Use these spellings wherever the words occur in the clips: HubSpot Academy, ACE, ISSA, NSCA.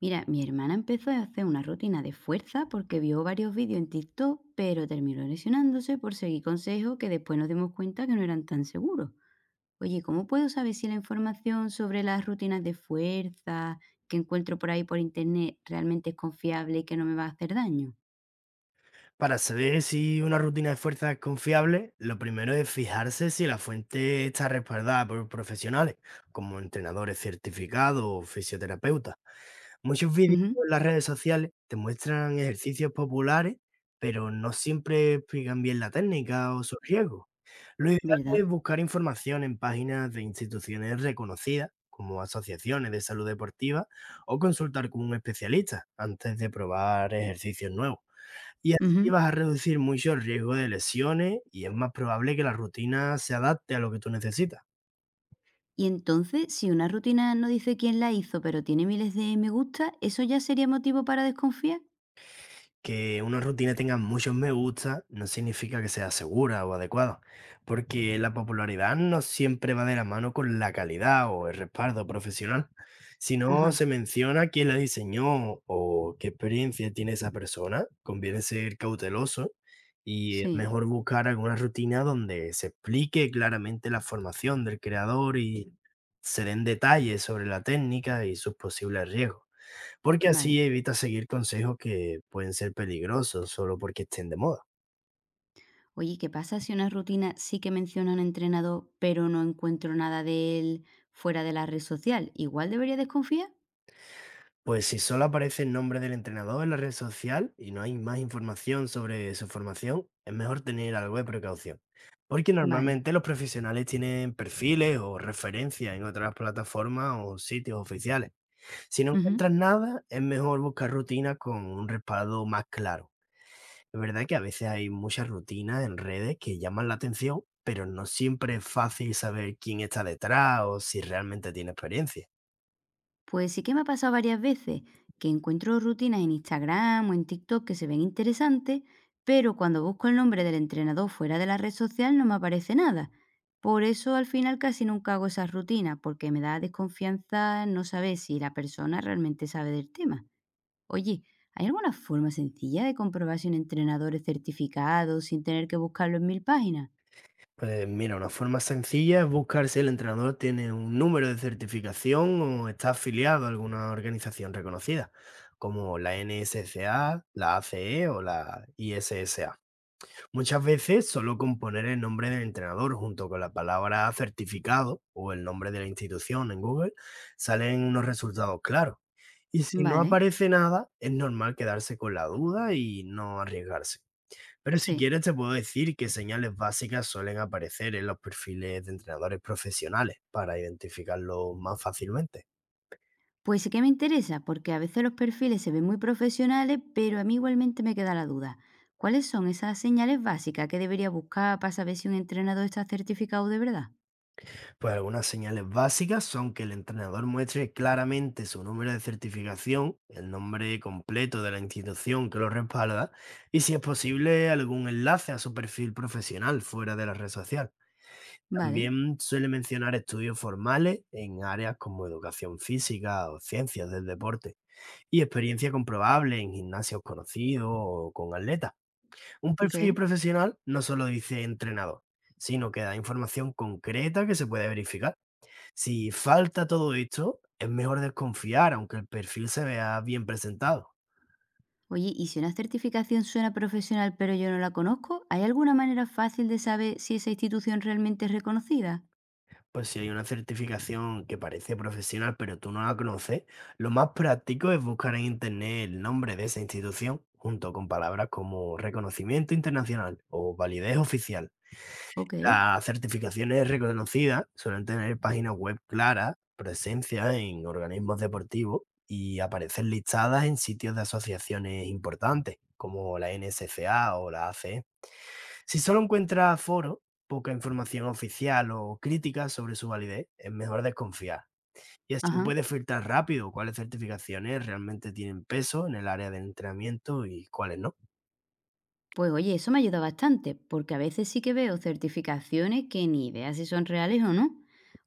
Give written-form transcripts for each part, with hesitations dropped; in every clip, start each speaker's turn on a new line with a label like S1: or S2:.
S1: Mira, mi hermana empezó a hacer una rutina de fuerza porque vio varios vídeos en TikTok, pero terminó lesionándose por seguir consejos que después nos dimos cuenta que no eran tan seguros. Oye, ¿cómo puedo saber si la información sobre las rutinas de fuerza que encuentro por ahí por internet realmente es confiable y que no me va a hacer daño?
S2: Para saber si una rutina de fuerza es confiable, lo primero es fijarse si la fuente está respaldada por profesionales, como entrenadores certificados o fisioterapeutas. Muchos vídeos
S1: Ujú.
S2: en las redes sociales te muestran ejercicios populares, pero no siempre explican bien la técnica o sus riesgos. Lo ideal
S1: ¿Verdad?
S2: es buscar información en páginas de instituciones reconocidas, como asociaciones de salud deportiva, o consultar con un especialista antes de probar ejercicios nuevos. Y así
S1: Ujú.
S2: vas a reducir mucho el riesgo de lesiones y es más probable que la rutina se adapte a lo que tú necesitas.
S1: Y entonces, si una rutina no dice quién la hizo, pero tiene miles de me gusta, ¿eso ya sería motivo para desconfiar?
S2: Que una rutina tenga muchos me gusta no significa que sea segura o adecuada, porque la popularidad no siempre va de la mano con la calidad o el respaldo profesional. Si no se
S1: Ajá,
S2: menciona quién la diseñó o qué experiencia tiene esa persona, conviene ser cauteloso y es
S1: sí,
S2: mejor buscar alguna rutina donde se explique claramente la formación del creador y se den detalles sobre la técnica y sus posibles riesgos. Porque así
S1: vale.
S2: evita seguir consejos que pueden ser peligrosos solo porque estén de moda.
S1: Oye, ¿qué pasa si una rutina sí que menciona a un entrenador, pero no encuentro nada de él fuera de la red social? ¿Igual debería desconfiar?
S2: Pues si solo aparece el nombre del entrenador en la red social y no hay más información sobre su formación, es mejor tener algo de precaución. Porque
S1: Vale.
S2: normalmente los profesionales tienen perfiles o referencias en otras plataformas o sitios oficiales. Si no
S1: Ujú.
S2: encuentras nada, es mejor buscar rutinas con un respaldo más claro. Es verdad que a veces hay muchas rutinas en redes que llaman la atención, pero no siempre es fácil saber quién está detrás o si realmente tiene experiencia.
S1: Pues sí que me ha pasado varias veces que encuentro rutinas en Instagram o en TikTok que se ven interesantes, pero cuando busco el nombre del entrenador fuera de la red social no me aparece nada. Por eso al final casi nunca hago esas rutinas, porque me da desconfianza no saber si la persona realmente sabe del tema. Oye, ¿hay alguna forma sencilla de comprobar si un entrenador es certificado sin tener que buscarlo en mil páginas?
S2: Pues mira, una forma sencilla es buscar si el entrenador tiene un número de certificación o está afiliado a alguna organización reconocida, como la NSCA, la ACE o la ISSA. Muchas veces solo con poner el nombre del entrenador junto con la palabra certificado o el nombre de la institución en Google salen unos resultados claros. Y si no
S1: Vale,
S2: aparece nada, es normal quedarse con la duda y no arriesgarse. Pero si
S1: sí.
S2: quieres te puedo decir que señales básicas suelen aparecer en los perfiles de entrenadores profesionales para identificarlos más fácilmente.
S1: Pues sí que me interesa, porque a veces los perfiles se ven muy profesionales, pero a mí igualmente me queda la duda. ¿Cuáles son esas señales básicas que debería buscar para saber si un entrenador está certificado de verdad?
S2: Pues algunas señales básicas son que el entrenador muestre claramente su número de certificación, el nombre completo de la institución que lo respalda y si es posible algún enlace a su perfil profesional fuera de la red social.
S1: Vale,
S2: También suele mencionar estudios formales en áreas como educación física o ciencias del deporte y experiencia comprobable en gimnasios conocidos o con atletas. Un
S1: ok.
S2: perfil profesional no solo dice entrenador, sino que da información concreta que se puede verificar. Si falta todo esto, es mejor desconfiar, aunque el perfil se vea bien presentado.
S1: Oye, ¿y si una certificación suena profesional pero yo no la conozco? ¿Hay alguna manera fácil de saber si esa institución realmente es reconocida?
S2: Pues si hay una certificación que parece profesional, pero tú no la conoces, lo más práctico es buscar en internet el nombre de esa institución, junto con palabras como reconocimiento internacional o validez oficial.
S1: Ok.
S2: Las certificaciones reconocidas suelen tener páginas web claras, presencia en organismos deportivos y aparecer listadas en sitios de asociaciones importantes, como la NSCA o la ACE. Si solo encuentras foros, poca información oficial o críticas sobre su validez, es mejor desconfiar. Y así
S1: Ajá.
S2: puedes filtrar rápido cuáles certificaciones realmente tienen peso en el área del entrenamiento y cuáles no.
S1: Pues oye, eso me ayuda bastante, porque a veces sí que veo certificaciones que ni idea si son reales o no.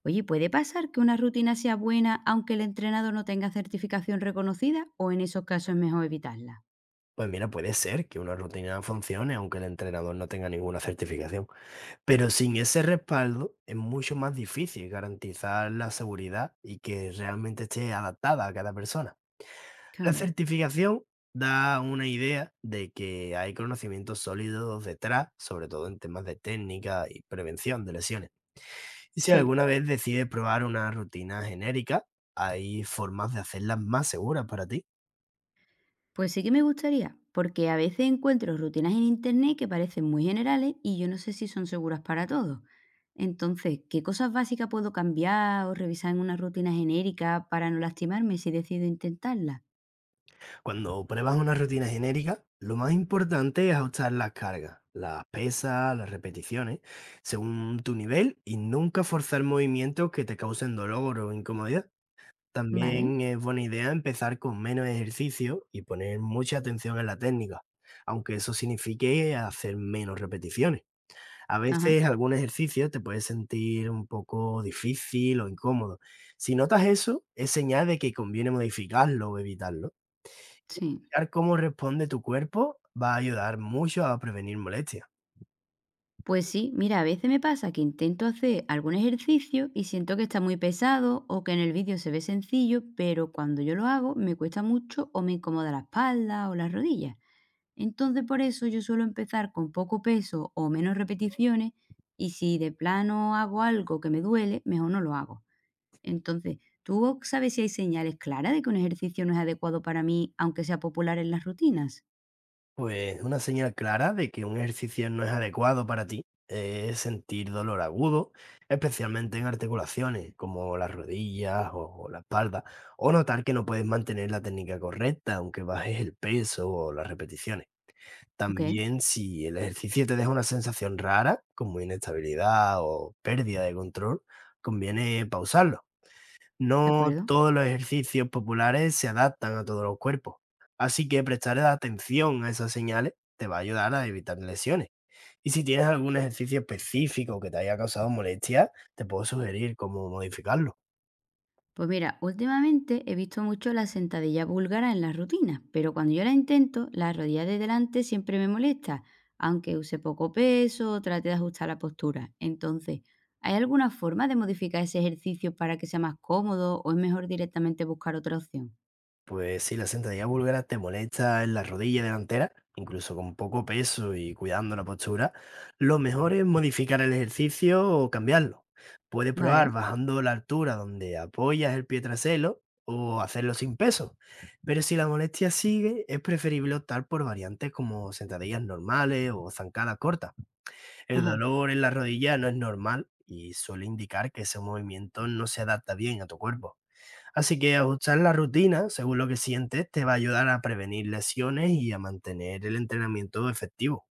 S1: Oye, ¿puede pasar que una rutina sea buena aunque el entrenador no tenga certificación reconocida o en esos casos es mejor evitarla?
S2: Pues mira, puede ser que una rutina funcione aunque el entrenador no tenga ninguna certificación. Pero sin ese respaldo es mucho más difícil garantizar la seguridad y que realmente esté adaptada a cada persona. La
S1: Claro,
S2: certificación da una idea de que hay conocimientos sólidos detrás, sobre todo en temas de técnica y prevención de lesiones. Y si
S1: sí.
S2: alguna vez decides probar una rutina genérica, hay formas de hacerlas más seguras para ti.
S1: Pues sí que me gustaría, porque a veces encuentro rutinas en internet que parecen muy generales y yo no sé si son seguras para todos. Entonces, ¿qué cosas básicas puedo cambiar o revisar en una rutina genérica para no lastimarme si decido intentarla?
S2: Cuando pruebas una rutina genérica, lo más importante es ajustar las cargas, las pesas, las repeticiones, según tu nivel y nunca forzar movimientos que te causen dolor o incomodidad.
S1: Vale,
S2: También es buena idea empezar con menos ejercicio y poner mucha atención en la técnica, aunque eso signifique hacer menos repeticiones. A
S1: ajá,
S2: veces algún ejercicio te puede sentir un poco difícil o incómodo. Si notas eso, es señal de que conviene modificarlo o evitarlo.
S1: sí.
S2: Escuchar cómo responde tu cuerpo va a ayudar mucho a prevenir molestias.
S1: Pues sí, mira, a veces me pasa que intento hacer algún ejercicio y siento que está muy pesado o que en el vídeo se ve sencillo, pero cuando yo lo hago me cuesta mucho o me incomoda la espalda o las rodillas. Entonces por eso yo suelo empezar con poco peso o menos repeticiones y si de plano hago algo que me duele, mejor no lo hago. Entonces, ¿tú sabes si hay señales claras de que un ejercicio no es adecuado para mí, aunque sea popular en las rutinas?
S2: Pues una señal clara de que un ejercicio no es adecuado para ti es sentir dolor agudo, especialmente en articulaciones como las rodillas o la espalda, o notar que no puedes mantener la técnica correcta aunque bajes el peso o las repeticiones.
S1: Ok,
S2: También si el ejercicio te deja una sensación rara, como inestabilidad o pérdida de control, conviene pausarlo.
S1: de
S2: No
S1: acuerdo.
S2: todos los ejercicios populares se adaptan a todos los cuerpos, así que prestar atención a esas señales te va a ayudar a evitar lesiones. Y si tienes algún ejercicio específico que te haya causado molestia, te puedo sugerir cómo modificarlo.
S1: Pues mira, últimamente he visto mucho la sentadilla búlgara en las rutinas, pero cuando yo la intento, la rodilla de delante siempre me molesta, aunque use poco peso o trate de ajustar la postura. Entonces, ¿hay alguna forma de modificar ese ejercicio para que sea más cómodo o es mejor directamente buscar otra opción?
S2: Pues sí, la sentadilla búlgara te molesta en la rodilla delantera, incluso con poco peso y cuidando la postura. Lo mejor es modificar el ejercicio o cambiarlo. Puedes probar
S1: Vale,
S2: bajando la altura donde apoyas el pie trasero o hacerlo sin peso. Pero si la molestia sigue, es preferible optar por variantes como sentadillas normales o zancadas cortas. El
S1: ajá.
S2: dolor en la rodilla no es normal y suele indicar que ese movimiento no se adapta bien a tu cuerpo. Así que ajustar la rutina según lo que sientes te va a ayudar a prevenir lesiones y a mantener el entrenamiento efectivo.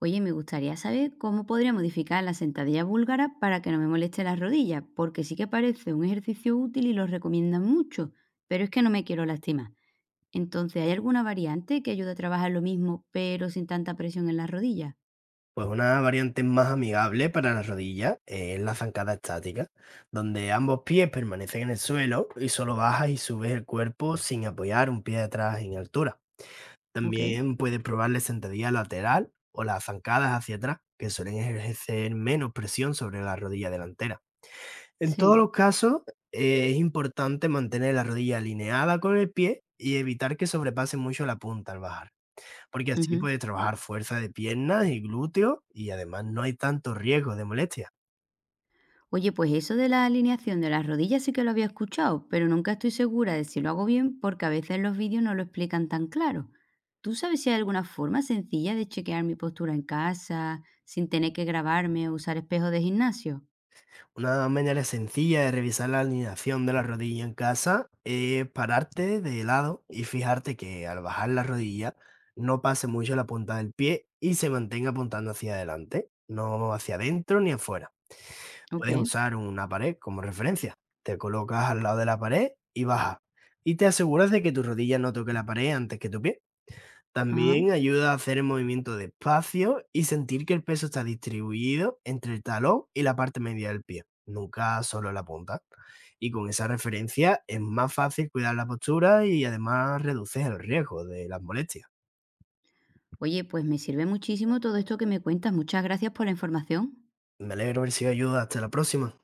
S1: Oye, me gustaría saber cómo podría modificar la sentadilla búlgara para que no me moleste las rodillas, porque sí que parece un ejercicio útil y lo recomiendan mucho, pero es que no me quiero lastimar. Entonces, ¿hay alguna variante que ayude a trabajar lo mismo, pero sin tanta presión en las rodillas?
S2: Pues una variante más amigable para las rodillas es la zancada estática, donde ambos pies permanecen en el suelo y solo bajas y subes el cuerpo sin apoyar un pie atrás en altura.
S1: Ok,
S2: También puedes probar la sentadilla lateral o las zancadas hacia atrás, que suelen ejercer menos presión sobre la rodilla delantera. En todos
S1: sí.
S2: los casos, es importante mantener la rodilla alineada con el pie y evitar que sobrepase mucho la punta al bajar, porque así
S1: Ujú.
S2: puedes trabajar fuerza de piernas y glúteos y además no hay tanto riesgo de molestia.
S1: Oye, pues eso de la alineación de las rodillas sí que lo había escuchado, pero nunca estoy segura de si lo hago bien porque a veces los vídeos no lo explican tan claro. ¿Tú sabes si hay alguna forma sencilla de chequear mi postura en casa sin tener que grabarme o usar espejo de gimnasio?
S2: Una manera sencilla de revisar la alineación de la rodilla en casa es pararte de lado y fijarte que al bajar la rodilla no pase mucho la punta del pie y se mantenga apuntando hacia adelante, no hacia adentro ni afuera.
S1: Ok,
S2: Puedes usar una pared como referencia. Te colocas al lado de la pared y bajas. Y te aseguras de que tu rodilla no toque la pared antes que tu pie.
S1: ajá.
S2: También ayuda a hacer el movimiento despacio y sentir que el peso está distribuido entre el talón y la parte media del pie, nunca solo la punta. Y con esa referencia es más fácil cuidar la postura y además reduces el riesgo de las molestias.
S1: Oye, pues me sirve muchísimo todo esto que me cuentas. Muchas gracias por la información.
S2: Me alegro de haber sido de ayuda. Hasta la próxima.